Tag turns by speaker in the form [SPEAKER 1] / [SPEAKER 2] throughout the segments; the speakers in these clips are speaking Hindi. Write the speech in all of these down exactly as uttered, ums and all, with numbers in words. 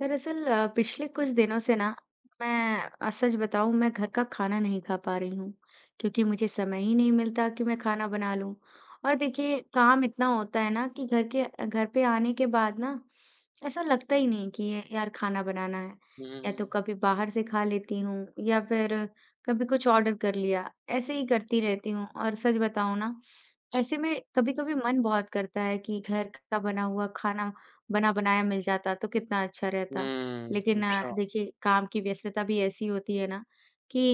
[SPEAKER 1] दरअसल अ, पिछले कुछ दिनों से ना मैं अ, सच बताऊं मैं घर का खाना नहीं खा पा रही हूँ क्योंकि मुझे समय ही नहीं मिलता कि मैं खाना बना लूं। और देखिए काम इतना होता है ना कि घर के घर पे आने के बाद ना ऐसा लगता ही नहीं कि ये यार खाना बनाना है। या तो
[SPEAKER 2] हुँ,
[SPEAKER 1] कभी बाहर से खा लेती हूँ या फिर कभी कुछ ऑर्डर कर लिया, ऐसे ही करती रहती हूँ। और सच बताऊं ना, ऐसे में कभी कभी मन बहुत करता है कि घर का बना हुआ खाना बना-बनाया मिल जाता तो कितना अच्छा रहता।
[SPEAKER 2] हुँ,
[SPEAKER 1] लेकिन अ,
[SPEAKER 2] अच्छा,
[SPEAKER 1] देखिए काम की व्यस्तता भी ऐसी होती है ना कि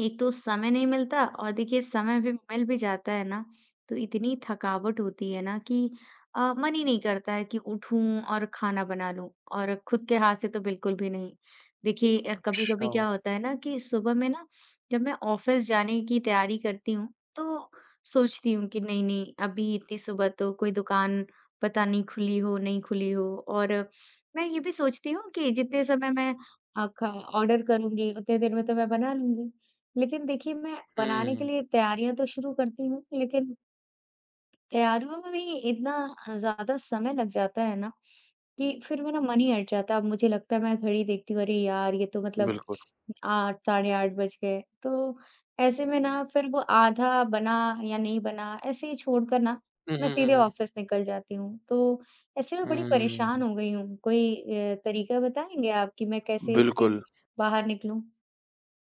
[SPEAKER 1] एक तो समय नहीं मिलता, और देखिए समय भी मिल भी जाता है ना तो इतनी थकावट होती है ना कि अ, मन ही नहीं करता है कि उठूं और खाना बना लूं, और खुद के हाथ से तो बिल्कुल भी नहीं। देखिए कभी
[SPEAKER 2] अच्छा।
[SPEAKER 1] कभी क्या होता है ना कि सुबह में ना जब मैं ऑफिस जाने की तैयारी करती हूँ तो सोचती हूँ कि नहीं नहीं, अभी इतनी सुबह तो कोई दुकान पता नहीं खुली हो नहीं खुली हो। और मैं ये भी सोचती हूँ कि जितने समय मैं ऑर्डर करूंगी उतने देर में तो मैं बना लूंगी। लेकिन देखिए, मैं बनाने के
[SPEAKER 2] हुँ,
[SPEAKER 1] लिए तैयारियाँ तो शुरू करती हूँ, लेकिन तैयारियों में भी इतना ज़्यादा समय लग जाता है ना, कि फिर मेरा मन ही हट जाता है। अब मुझे लगता है, मैं घड़ी देखती हूँ, अरे यार! ये तो मतलब
[SPEAKER 2] बिल्कुल।
[SPEAKER 1] आठ, साढ़े आठ बज गए। तो ऐसे में ना फिर वो आधा बना या नहीं बना, ऐसे ही छोड़कर ना
[SPEAKER 2] हुँ,
[SPEAKER 1] मैं
[SPEAKER 2] हुँ, हुँ,
[SPEAKER 1] सीधे
[SPEAKER 2] हुँ।
[SPEAKER 1] ऑफ़िस निकल जाती हूँ। तो ऐसे में बड़ी
[SPEAKER 2] हुँ,
[SPEAKER 1] परेशान हो गई हूँ। कोई अ, तरीका बताएँगे आप कि मैं कैसे इससे
[SPEAKER 2] बिल्कुल।
[SPEAKER 1] बाहर निकलूँ?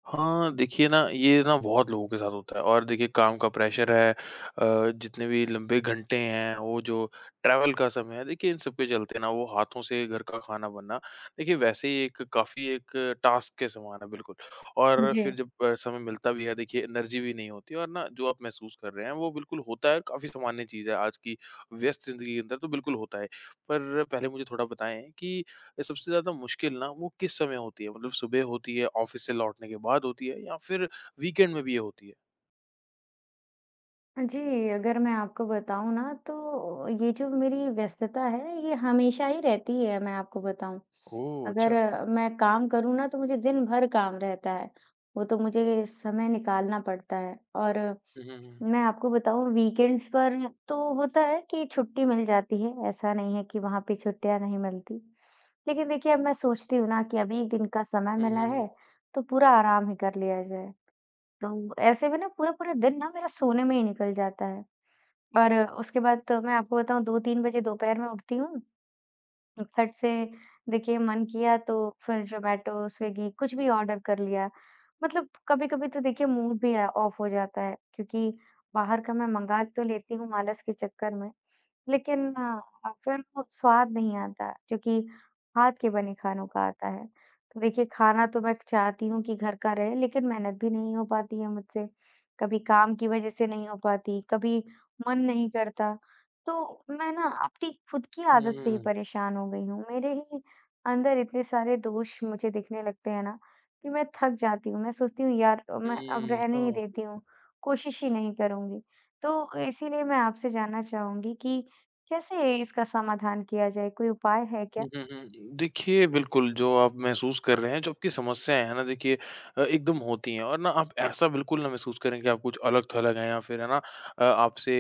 [SPEAKER 2] हाँ, देखिए ना, ये ना बहुत लोगों के साथ होता है और देखिए काम का प्रेशर है अ, जितने भी लंबे घंटे हैं, वो जो ट्रैवल का समय है, देखिए इन सब के चलते ना वो हाथों से घर का खाना बनना, देखिए वैसे ही एक काफ़ी एक टास्क के समान है बिल्कुल। और
[SPEAKER 1] जी।
[SPEAKER 2] फिर जब अ, समय मिलता भी है, देखिए एनर्जी भी नहीं होती और ना जो आप महसूस कर रहे हैं, वो बिल्कुल होता है, काफ़ी सामान्य चीज़ है आज की व्यस्त ज़िंदगी के अंदर तो बिल्कुल होता है। पर पहले मुझे थोड़ा बताएँ कि ये सबसे ज़्यादा मुश्किल ना वो किस समय होती है? मतलब सुबह होती है, ऑफ़िस से लौटने के बाद होती है या फिर वीकेंड में भी ये होती है?
[SPEAKER 1] जी, अगर मैं आपको बताऊँ ना तो ये जो मेरी व्यस्तता है ये हमेशा ही रहती है, मैं आपको बताऊँ।
[SPEAKER 2] ओह!
[SPEAKER 1] अगर
[SPEAKER 2] अच्छा।
[SPEAKER 1] अ, मैं काम करूँ ना तो मुझे दिन भर काम रहता है, वो तो मुझे समय निकालना पड़ता है। और अ,
[SPEAKER 2] हुँ, हुँ, हुँ।
[SPEAKER 1] मैं आपको बताऊँ वीकेंड्स पर तो होता है कि छुट्टी मिल जाती है, ऐसा नहीं है कि वहाँ पे छुट्टियाँ नहीं मिलती। लेकिन देखिए अब मैं सोचती हूँ ना कि अभी एक दिन का समय
[SPEAKER 2] हुँ,
[SPEAKER 1] मिला
[SPEAKER 2] हुँ, हुँ।
[SPEAKER 1] है, तो पूरा आराम ही कर लिया जाए। तो ऐसे में ना पूरा-पूरा दिन ना मेरा सोने में ही निकल जाता है। और उसके बाद तो मैं आपको बताऊँ दो तीन बजे दोपहर में उठती हूँ, फट से, देखिए मन किया तो फिर ज़ोमैटो, स्विगी कुछ भी ऑर्डर कर लिया। मतलब कभी-कभी तो देखिए मूड भी अ, ऑफ हो जाता है क्योंकि बाहर का मैं मँगा तो लेती हूँ आलस के चक्कर में, लेकिन अ, फिर वो स्वाद नहीं आता जो कि हाथ के बने खानों का आता है। तो देखिए खाना तो मैं चाहती हूँ कि घर का रहे, लेकिन मेहनत भी नहीं हो पाती है मुझसे। कभी काम की वज़ह से नहीं हो पाती, कभी मन नहीं करता। तो मैं ना अपनी खुद की
[SPEAKER 2] हुँ,
[SPEAKER 1] आदत से ही
[SPEAKER 2] हुँ,
[SPEAKER 1] परेशान हो गई हूँ। मेरे ही अंदर इतने सारे दोष मुझे दिखने लगते हैं ना कि मैं थक जाती हूँ। मैं सोचती हूँ यार अ, मैं अब
[SPEAKER 2] हुँ,
[SPEAKER 1] रहने ही
[SPEAKER 2] हाँ।
[SPEAKER 1] देती हूँ, कोशिश ही नहीं करूँगी। तो इसीलिए मैं आपसे जानना चाहूँगी कि कैसे इसका समाधान किया जाए? कोई उपाय है क्या?
[SPEAKER 2] हुँ, हुँ, हुँ। देखिए, बिल्कुल जो आप महसूस कर रहे हैं, जो आपकी समस्याएँ हैं ना देखिए अ, एकदम होती हैं और ना आप ऐसा बिल्कुल ना महसूस करें कि आप कुछ अलग-थलग हैं या फिर है ना अ, आपसे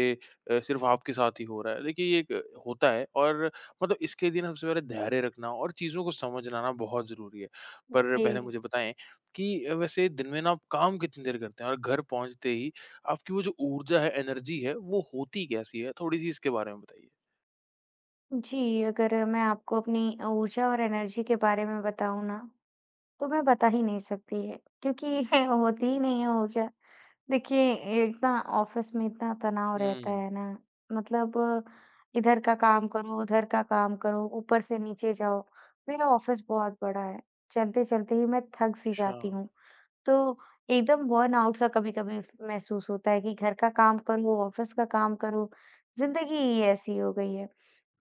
[SPEAKER 2] अ, सिर्फ़ आपके साथ ही हो रहा है। देखिए ये एक होता है और मतलब इसके लिए ना सबसे पहले धैर्य रखना और चीज़ों को समझना ना बहुत ज़रूरी है। पर पहले
[SPEAKER 1] जी।
[SPEAKER 2] मुझे बताएँ कि अ, वैसे दिन में ना आप काम कितनी देर करते हैं? और घर पहुँचते ही आपकी वो जो ऊर्जा है, एनर्जी है, वो होती कैसी है? थोड़ी-सी इसके बारे में बताइए।
[SPEAKER 1] जी, अगर मैं आपको अपनी ऊर्जा और एनर्जी के बारे में बताऊँ ना? तो मैं बता ही नहीं सकती है, क्योंकि होती ही नहीं है ऊर्जा। देखिए इतना ऑफ़िस में इतना तनाव रहता
[SPEAKER 2] हुँ।
[SPEAKER 1] है ना, मतलब इधर का काम करो, उधर का काम करो, ऊपर से नीचे जाओ। मेरा ऑफ़िस बहुत बड़ा है, चलते-चलते ही मैं थक-सी
[SPEAKER 2] अच्छा।
[SPEAKER 1] जाती हूँ। तो एकदम बर्नआउट सा कभी-कभी महसूस होता है कि घर का काम करो, ऑफिस का काम करो, ज़िंदगी ही ऐसी हो गई है।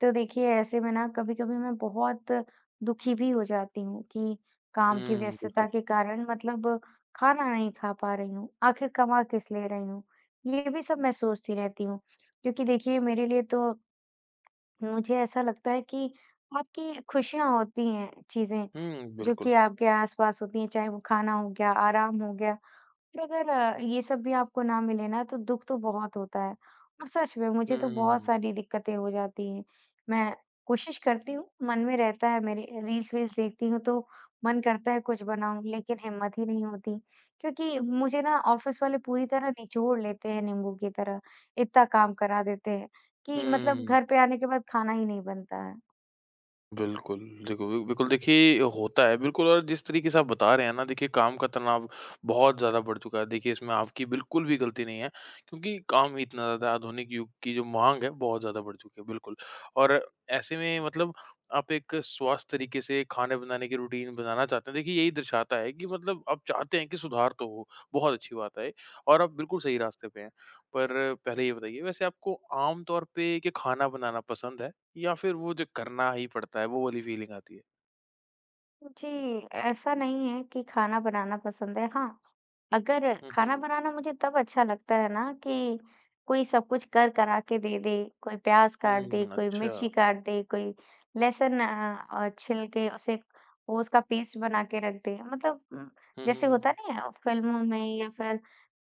[SPEAKER 1] तो देखिए ऐसे में ना कभी-कभी मैं बहुत दुखी भी हो जाती हूँ कि काम की
[SPEAKER 2] हुँ, बिल्कुल।
[SPEAKER 1] व्यस्तता के कारण मतलब खाना नहीं खा पा रही हूँ, आखिर कमा किस ले रही हूँ? ये भी सब मैं सोचती रहती हूँ। क्योंकि देखिए मेरे लिए तो मुझे ऐसा लगता है कि आपकी खुशियाँ होती हैं चीज़ें,
[SPEAKER 2] हुँ,
[SPEAKER 1] जो
[SPEAKER 2] बिल्कुल।
[SPEAKER 1] कि आपके आस-पास होती हैं, चाहे वो खाना हो गया, आराम हो गया। फिर अगर अ, ये सब भी आपको ना मिले ना तो दुःख तो बहुत होता है, और सच में
[SPEAKER 2] हुँ,
[SPEAKER 1] मुझे तो
[SPEAKER 2] हुँ,
[SPEAKER 1] बहुत
[SPEAKER 2] हुँ,
[SPEAKER 1] सारी दिक्कतें हो जाती हैं। मैं कोशिश करती हूँ, मन में रहता है, मेरे रील्स-वील्स देखती हूँ तो मन करता है कुछ बनाऊँ, लेकिन हिम्मत ही नहीं होती क्योंकि मुझे ना ऑफ़िस वाले पूरी तरह निचोड़ लेते हैं नींबू की तरह। इतना काम करा देते हैं कि मतलब
[SPEAKER 2] हुँ।
[SPEAKER 1] घर पे आने के बाद खाना ही नहीं बनता है।
[SPEAKER 2] बिल्कुल, देखो बि बिल्कुल देखिए होता है बिल्कुल और जिस तरीके से आप बता रहे हैं ना देखिए काम का तनाव बहुत ज़्यादा बढ़ चुका है। देखिए इसमें आपकी बिल्कुल भी गलती नहीं है क्योंकि काम ही इतना ज़्यादा है, आधुनिक युग की जो माँग है बहुत ज़्यादा बढ़ चुकी है, बिल्कुल। और ऐसे में मतलब आप एक स्वस्थ तरीके से खाने बनाने की रूटीन बनाना चाहते हैं। देखिए यही दर्शाता है कि मतलब आप चाहते हैं कि सुधार तो हो, बहुत अच्छी बात है और आप बिल्कुल सही रास्ते पे हैं। पर पहले ये बताइए वैसे आपको आम तौर पे क्या खाना बनाना पसंद है? या फिर वो जो करना ही पड़ता है, वो वाली फ़ीलिंग आती है?
[SPEAKER 1] जी, ऐसा नहीं है कि खाना बनाना पसंद है। हाँ, अगर
[SPEAKER 2] हुँ, हुँ,
[SPEAKER 1] खाना
[SPEAKER 2] हुँ।
[SPEAKER 1] बनाना मुझे तब अच्छा लगता है ना कि कोई सब कुछ कर करा के दे दे, कोई प्याज काट दे,
[SPEAKER 2] हुँ,
[SPEAKER 1] कोई
[SPEAKER 2] अच्छा।
[SPEAKER 1] मिर्ची काट दे, कोई लहसुन अ अ, छिल के उसे वो उसका पेस्ट बना के रख दे। मतलब उम,
[SPEAKER 2] हुँ,
[SPEAKER 1] जैसे होता
[SPEAKER 2] हुँ,
[SPEAKER 1] नहीं है फ़िल्मों में या फिर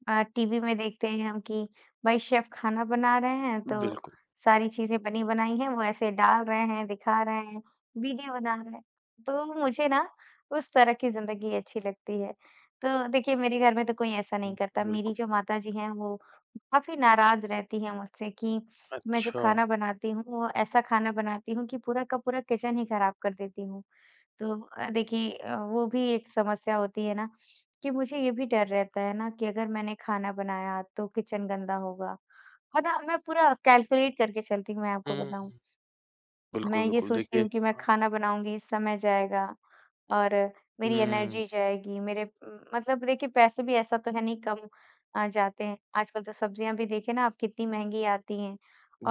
[SPEAKER 1] अ, टीवी में देखते हैं हम कि भाई शेफ़ खाना बना रहे हैं
[SPEAKER 2] हुँ।
[SPEAKER 1] तो
[SPEAKER 2] बिल्कुल,
[SPEAKER 1] सारी चीज़ें बनी बनाई हैं, वो ऐसे डाल रहे हैं, दिखा रहे हैं, वीडियो बना रहे हैं। तो मुझे ना उस तरह की ज़िंदगी अच्छी लगती है। तो देखिए मेरे घर में तो कोई ऐसा
[SPEAKER 2] हुँ,
[SPEAKER 1] नहीं करता। मेरी
[SPEAKER 2] बिल्कुल।
[SPEAKER 1] जो माताजी हैं वो काफ़ी नाराज़ रहती हैं मुझसे कि मैं जो
[SPEAKER 2] अच्छा।
[SPEAKER 1] खाना बनाती हूँ वो ऐसा खाना बनाती हूँ कि पूरा का पूरा किचन ही खराब कर देती हूँ। तो अ, देखिए अ, वो भी एक समस्या होती है ना कि मुझे ये भी डर रहता है ना कि अगर मैंने खाना बनाया तो किचन गंदा होगा। है ना, मैं पूरा कैलकुलेट करके चलती हूँ, मैं आपको
[SPEAKER 2] हुँ,
[SPEAKER 1] बताऊँ।
[SPEAKER 2] बिल्कुल,
[SPEAKER 1] मैं ये
[SPEAKER 2] बिल्कुल।
[SPEAKER 1] सोचती
[SPEAKER 2] देखिए
[SPEAKER 1] हूँ कि मैं
[SPEAKER 2] हाँ।
[SPEAKER 1] खाना बनाऊँगी, समय जाएगा और मेरी
[SPEAKER 2] हुँ,
[SPEAKER 1] एनर्जी जाएगी, मेरे उम, मतलब देखिए पैसे भी ऐसा तो है नहीं, कम अ, जाते हैं। आजकल तो सब्जियाँ भी देखिए ना आप कितनी महँगी आती हैं,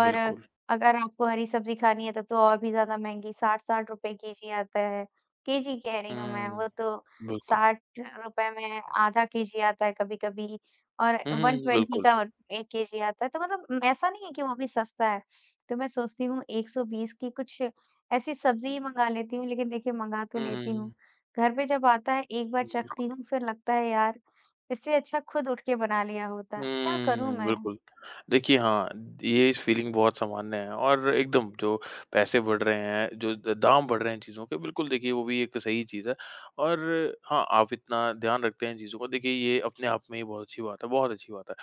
[SPEAKER 1] और
[SPEAKER 2] बिल्कुल।
[SPEAKER 1] अगर आपको हरी सब्ज़ी खानी है तब तो और भी ज़्यादा महँगी साठ साठ रुपए केजी आता है। केजी कह रही हूँ मैं,
[SPEAKER 2] हुँ,
[SPEAKER 1] वो तो
[SPEAKER 2] बिल्कुल।
[SPEAKER 1] साठ रुपए में आधा केजी आता है कभी-कभी, और
[SPEAKER 2] हुँ, हुँ,
[SPEAKER 1] एक सौ बीस
[SPEAKER 2] बिल्कुल।
[SPEAKER 1] का एक केजी आता है, तो मतलब ऐसा नहीं है कि वो भी सस्ता है। तो मैं सोचती हूँ एक सौ बीस की कुछ ऐसी सब्ज़ी ही मँगा लेती हूँ, लेकिन देखिए मँगा तो
[SPEAKER 2] हुँ, हुँ,
[SPEAKER 1] लेती हूँ।
[SPEAKER 2] हुँ।
[SPEAKER 1] घर पे जब आता है एक बार चखती
[SPEAKER 2] बिल्कुल।
[SPEAKER 1] हूँ फिर लगता है यार, इससे अच्छा खुद उठ के बना लिया होता। क्या करूँ
[SPEAKER 2] हुँ,
[SPEAKER 1] मैं?
[SPEAKER 2] बिल्कुल। देखिए हाँ, ये इस फीलिंग बहुत सामान्य है और एकदम जो पैसे बढ़ रहे हैं, जो द दाम बढ़ रहे हैं चीज़ों के, बिल्कुल देखिए वो भी एक सही चीज़ है और हाँ, आप इतना ध्यान रखते हैं इन चीज़ों का, देखिए ये अपने आप में ही बहुत अच्छी बात है, बहुत अच्छी बात है।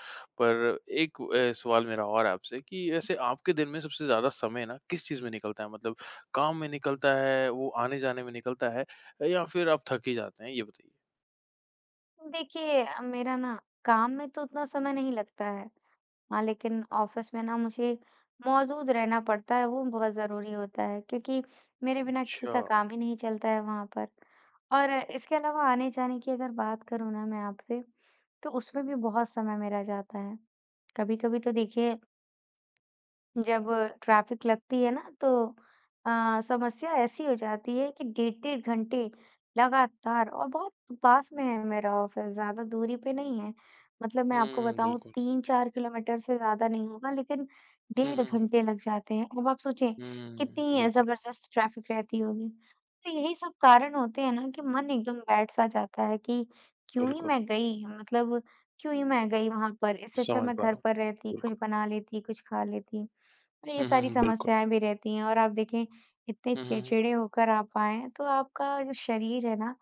[SPEAKER 2] पर एक अ, सवाल मेरा और है आपसे कि वैसे आपके दिन में सबसे ज़्यादा समय ना किस चीज़ में निकलता है? मतलब काम में निकलता है, वो आने-जाने में निकलता है या फिर आप थक ही जाते हैं? ये बताइए।
[SPEAKER 1] देखिए अ, मेरा ना काम में तो उतना समय नहीं लगता है। हाँ, लेकिन ऑफिस में ना मुझे मौजूद रहना पड़ता है, वो बहुत ज़रूरी होता है क्योंकि मेरे बिना किसी
[SPEAKER 2] अच्छा।
[SPEAKER 1] का काम ही नहीं चलता है वहाँ पर। और इसके अलावा आने-जाने की अगर बात करूँ ना मैं आपसे, तो उसमें भी बहुत समय मेरा जाता है। कभी-कभी तो देखिए जब ट्रैफ़िक लगती है ना तो अ, समस्या ऐसी हो जाती है कि डेढ़-डेढ़ घंटे लगातार, और बहुत पास में है मेरा ऑफ़िस, ज़्यादा दूरी पे नहीं है। मतलब मैं आपको
[SPEAKER 2] हुँ,
[SPEAKER 1] बताऊँ
[SPEAKER 2] बिल्कुल।
[SPEAKER 1] तीन चार किलोमीटर से ज़्यादा नहीं होगा, लेकिन
[SPEAKER 2] हुँ,
[SPEAKER 1] डेढ़
[SPEAKER 2] हुँ, हुँ।
[SPEAKER 1] घंटे लग जाते हैं। अब आप सोचें
[SPEAKER 2] हुँ,
[SPEAKER 1] कितनी
[SPEAKER 2] बिल्कुल,
[SPEAKER 1] ज़बरदस्त ट्रैफ़िक रहती होगी। तो यही सब कारण होते हैं ना कि मन एकदम बैठ-सा जाता है कि क्यों ही
[SPEAKER 2] बिल्कुल,
[SPEAKER 1] मैं गई, मतलब क्यों ही मैं गई वहाँ पर, इससे अच्छा
[SPEAKER 2] समझ
[SPEAKER 1] मैं
[SPEAKER 2] पा रहा
[SPEAKER 1] घर
[SPEAKER 2] हूँ।
[SPEAKER 1] पर रहती, कुछ
[SPEAKER 2] बिल्कुल।
[SPEAKER 1] बना लेती, कुछ खा लेती। तो ये
[SPEAKER 2] हुँ, हुँ,
[SPEAKER 1] सारी
[SPEAKER 2] हुँ, बिल्कुल।
[SPEAKER 1] समस्याएँ भी रहती हैं, और आप देखें इतने
[SPEAKER 2] हुँ, हुँ, हुँ।
[SPEAKER 1] चिड़चिड़े होकर आप आए हैं, तो आपका जो शरीर है ना,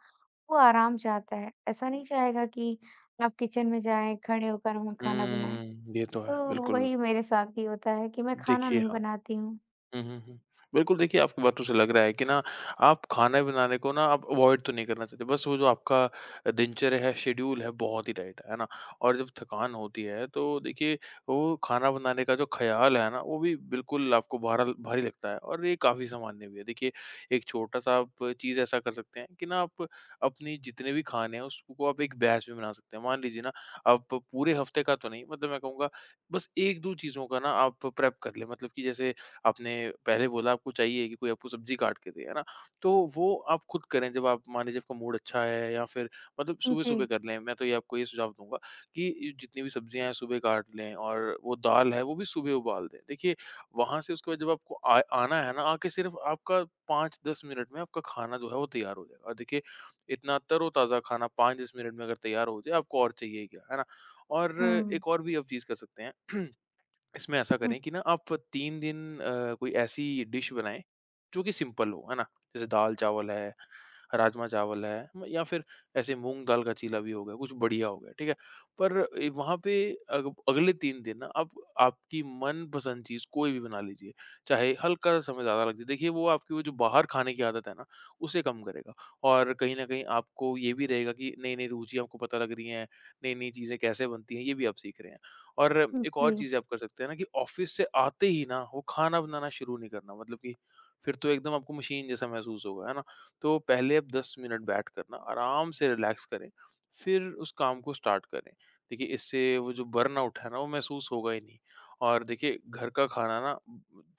[SPEAKER 1] वो आराम चाहता है। ऐसा नहीं चाहेगा कि आप किचन में जाएँ, खड़े होकर वहाँ खाना बनाएँ।
[SPEAKER 2] हुँ, ये तो है,
[SPEAKER 1] तो
[SPEAKER 2] बिल्कुल।
[SPEAKER 1] वही मेरे साथ भी होता है कि मैं खाना
[SPEAKER 2] देखिए
[SPEAKER 1] नहीं
[SPEAKER 2] हाँ।
[SPEAKER 1] बनाती हूँ।
[SPEAKER 2] हुँ, हुँ, हुँ। बिल्कुल देखिए, आपकी बातों से लग रहा है कि ना आप खाना बनाने को ना आप अवॉइड तो नहीं करना चाहते, बस वो जो आपका दिनचर्या है, शेड्यूल है, बहुत ही टाइट है, है ना? और जब थकान होती है तो देखिए वो खाना बनाने का जो ख़्याल है ना, वो भी बिल्कुल आपको भारा भारी लगता है और ये काफ़ी सामान्य भी है। देखिए, एक छोटा-सा आप चीज़ ऐसा कर सकते हैं कि ना आप अपनी जितने भी खाने हैं उसको आप एक बैच में बना सकते हैं। मान लीजिए ना आप पूरे हफ़्ते का तो नहीं, मतलब मैं कहूँगा बस एक दो चीज़ों का ना आप प्रेप कर लें। मतलब कि जैसे आपने पहले बोला आपको चाहिए कि कोई आपको सब्जी काट के दे, है ना? तो वो आप खुद करें जब आप मान लीजिए आपका मूड अच्छा है या फिर मतलब
[SPEAKER 1] जी।
[SPEAKER 2] सुबह-सुबह कर लें। मैं तो ये आपको ये सुझाव दूँगा कि ये जितनी भी सब्जियाँ हैं सुबह काट लें और वो दाल है वो भी सुबह उबाल दें। देखिए वहाँ से उसके बाद जब आपको आ आना है ना, आके सिर्फ़ आपका पाँच दस मिनट में आपका खाना जो है वो तैयार हो जाएगा और देखिए इतना तरोताज़ा खाना पाँच दस मिनट में अगर तैयार हो जाए आपको और चाहिए क्या, है ना? और
[SPEAKER 1] हुँ।
[SPEAKER 2] एक और भी आप चीज़ कर सकते हैं इसमें ऐसा
[SPEAKER 1] हुँ,
[SPEAKER 2] करें कि ना आप तीन दिन अ, कोई ऐसी डिश बनाएँ, जो कि सिंपल हो, है ना? जैसे दाल-चावल है, राजमा-चावल है म या फिर ऐसे मूँग दाल का चीला भी हो गया, कुछ बढ़िया हो गया, ठीक है? पर ए, वहाँ पे अग अगले तीन दिन ना आप आपकी मनपसंद चीज़ कोई भी बना लीजिए, चाहे हल्का-सा समय ज़्यादा लग जाए। देखिए वो आपकी वो जो बाहर खाने की आदत है ना, उसे कम करेगा और कहीं न कहीं आपको ये भी रहेगा कि नई-नई रुचियाँ आपको पता लग रही हैं, नई-नई चीज़ें कैसे बनती हैं, ये भी आप सीख रहे हैं। और
[SPEAKER 1] हुँ,
[SPEAKER 2] एक और
[SPEAKER 1] जी।
[SPEAKER 2] चीज़ आप कर सकते हैं ना कि ऑफ़िस से आते ही ना वो खाना बनाना शुरू नहीं करना मतलब कि फिर तो एकदम आपको मशीन जैसा महसूस होगा, है ना? तो पहले आप दस मिनट बैठ कर ना आराम से रिलैक्स करें, फिर उस काम को स्टार्ट करें। देखिए इससे वो जो बर्नआउट है ना वो महसूस होगा ही नहीं और देखिए घर का खाना ना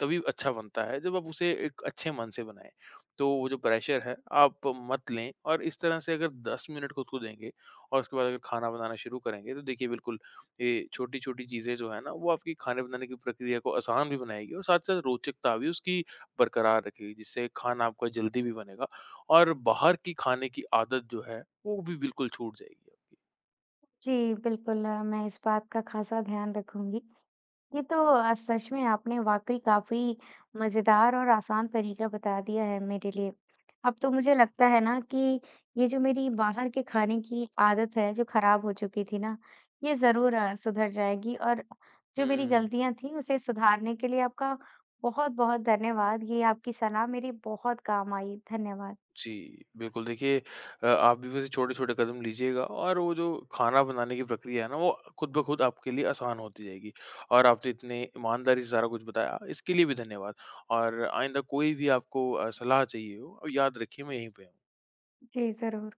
[SPEAKER 2] तभी अच्छा बनता है जब आप उसे एक अच्छे मन से बनाएँ। तो वो जो प्रेशर है आप मत लें और इस तरह से अगर दस मिनट खुद को देंगे और उसके बाद अगर खाना बनाना शुरू करेंगे तो देखिए बिल्कुल ये छोटी-छोटी चीज़ें जो है ना, वो आपकी खाने बनाने की प्रक्रिया को आसान भी बनाएगी और साथ-साथ रोचकता भी उसकी बरकरार रखेगी, जिससे खाना आपका जल्दी भी बनेगा और बाहर की खाने की आदत जो है, वो भी बिल्कुल छूट जाएगी आपकी।
[SPEAKER 1] जी, बिल्कुल अ, मैं इस बात का ख़ासा ध्यान रखूँगी। ये तो अ, सच में आपने वाकई काफी मजेदार और आसान तरीका बता दिया है मेरे लिए। अब तो मुझे लगता है ना कि ये जो मेरी बाहर के खाने की आदत है जो खराब हो चुकी थी ना, ये जरूर अ, सुधर जाएगी, और जो मेरी
[SPEAKER 2] हुँ,
[SPEAKER 1] गलतियां थी उसे सुधारने के लिए आपका बहुत बहुत धन्यवाद। ये आपकी सलाह मेरे बहुत काम आई। धन्यवाद।
[SPEAKER 2] जी, बिल्कुल देखिए अ, आप भी वैसे छोटे-छोटे कदम लीजिएगा और वो जो खाना बनाने की प्रक्रिया है ना, वो खुद ब खुद आपके लिए आसान होती जाएगी और आपने इतने ईमानदारी से सारा कुछ बताया, इसके लिए भी धन्यवाद और आइंदा कोई भी आपको अ, सलाह चाहिए हो, याद रखिए मैं यहीं पे हूँ।
[SPEAKER 1] जी, जरूर।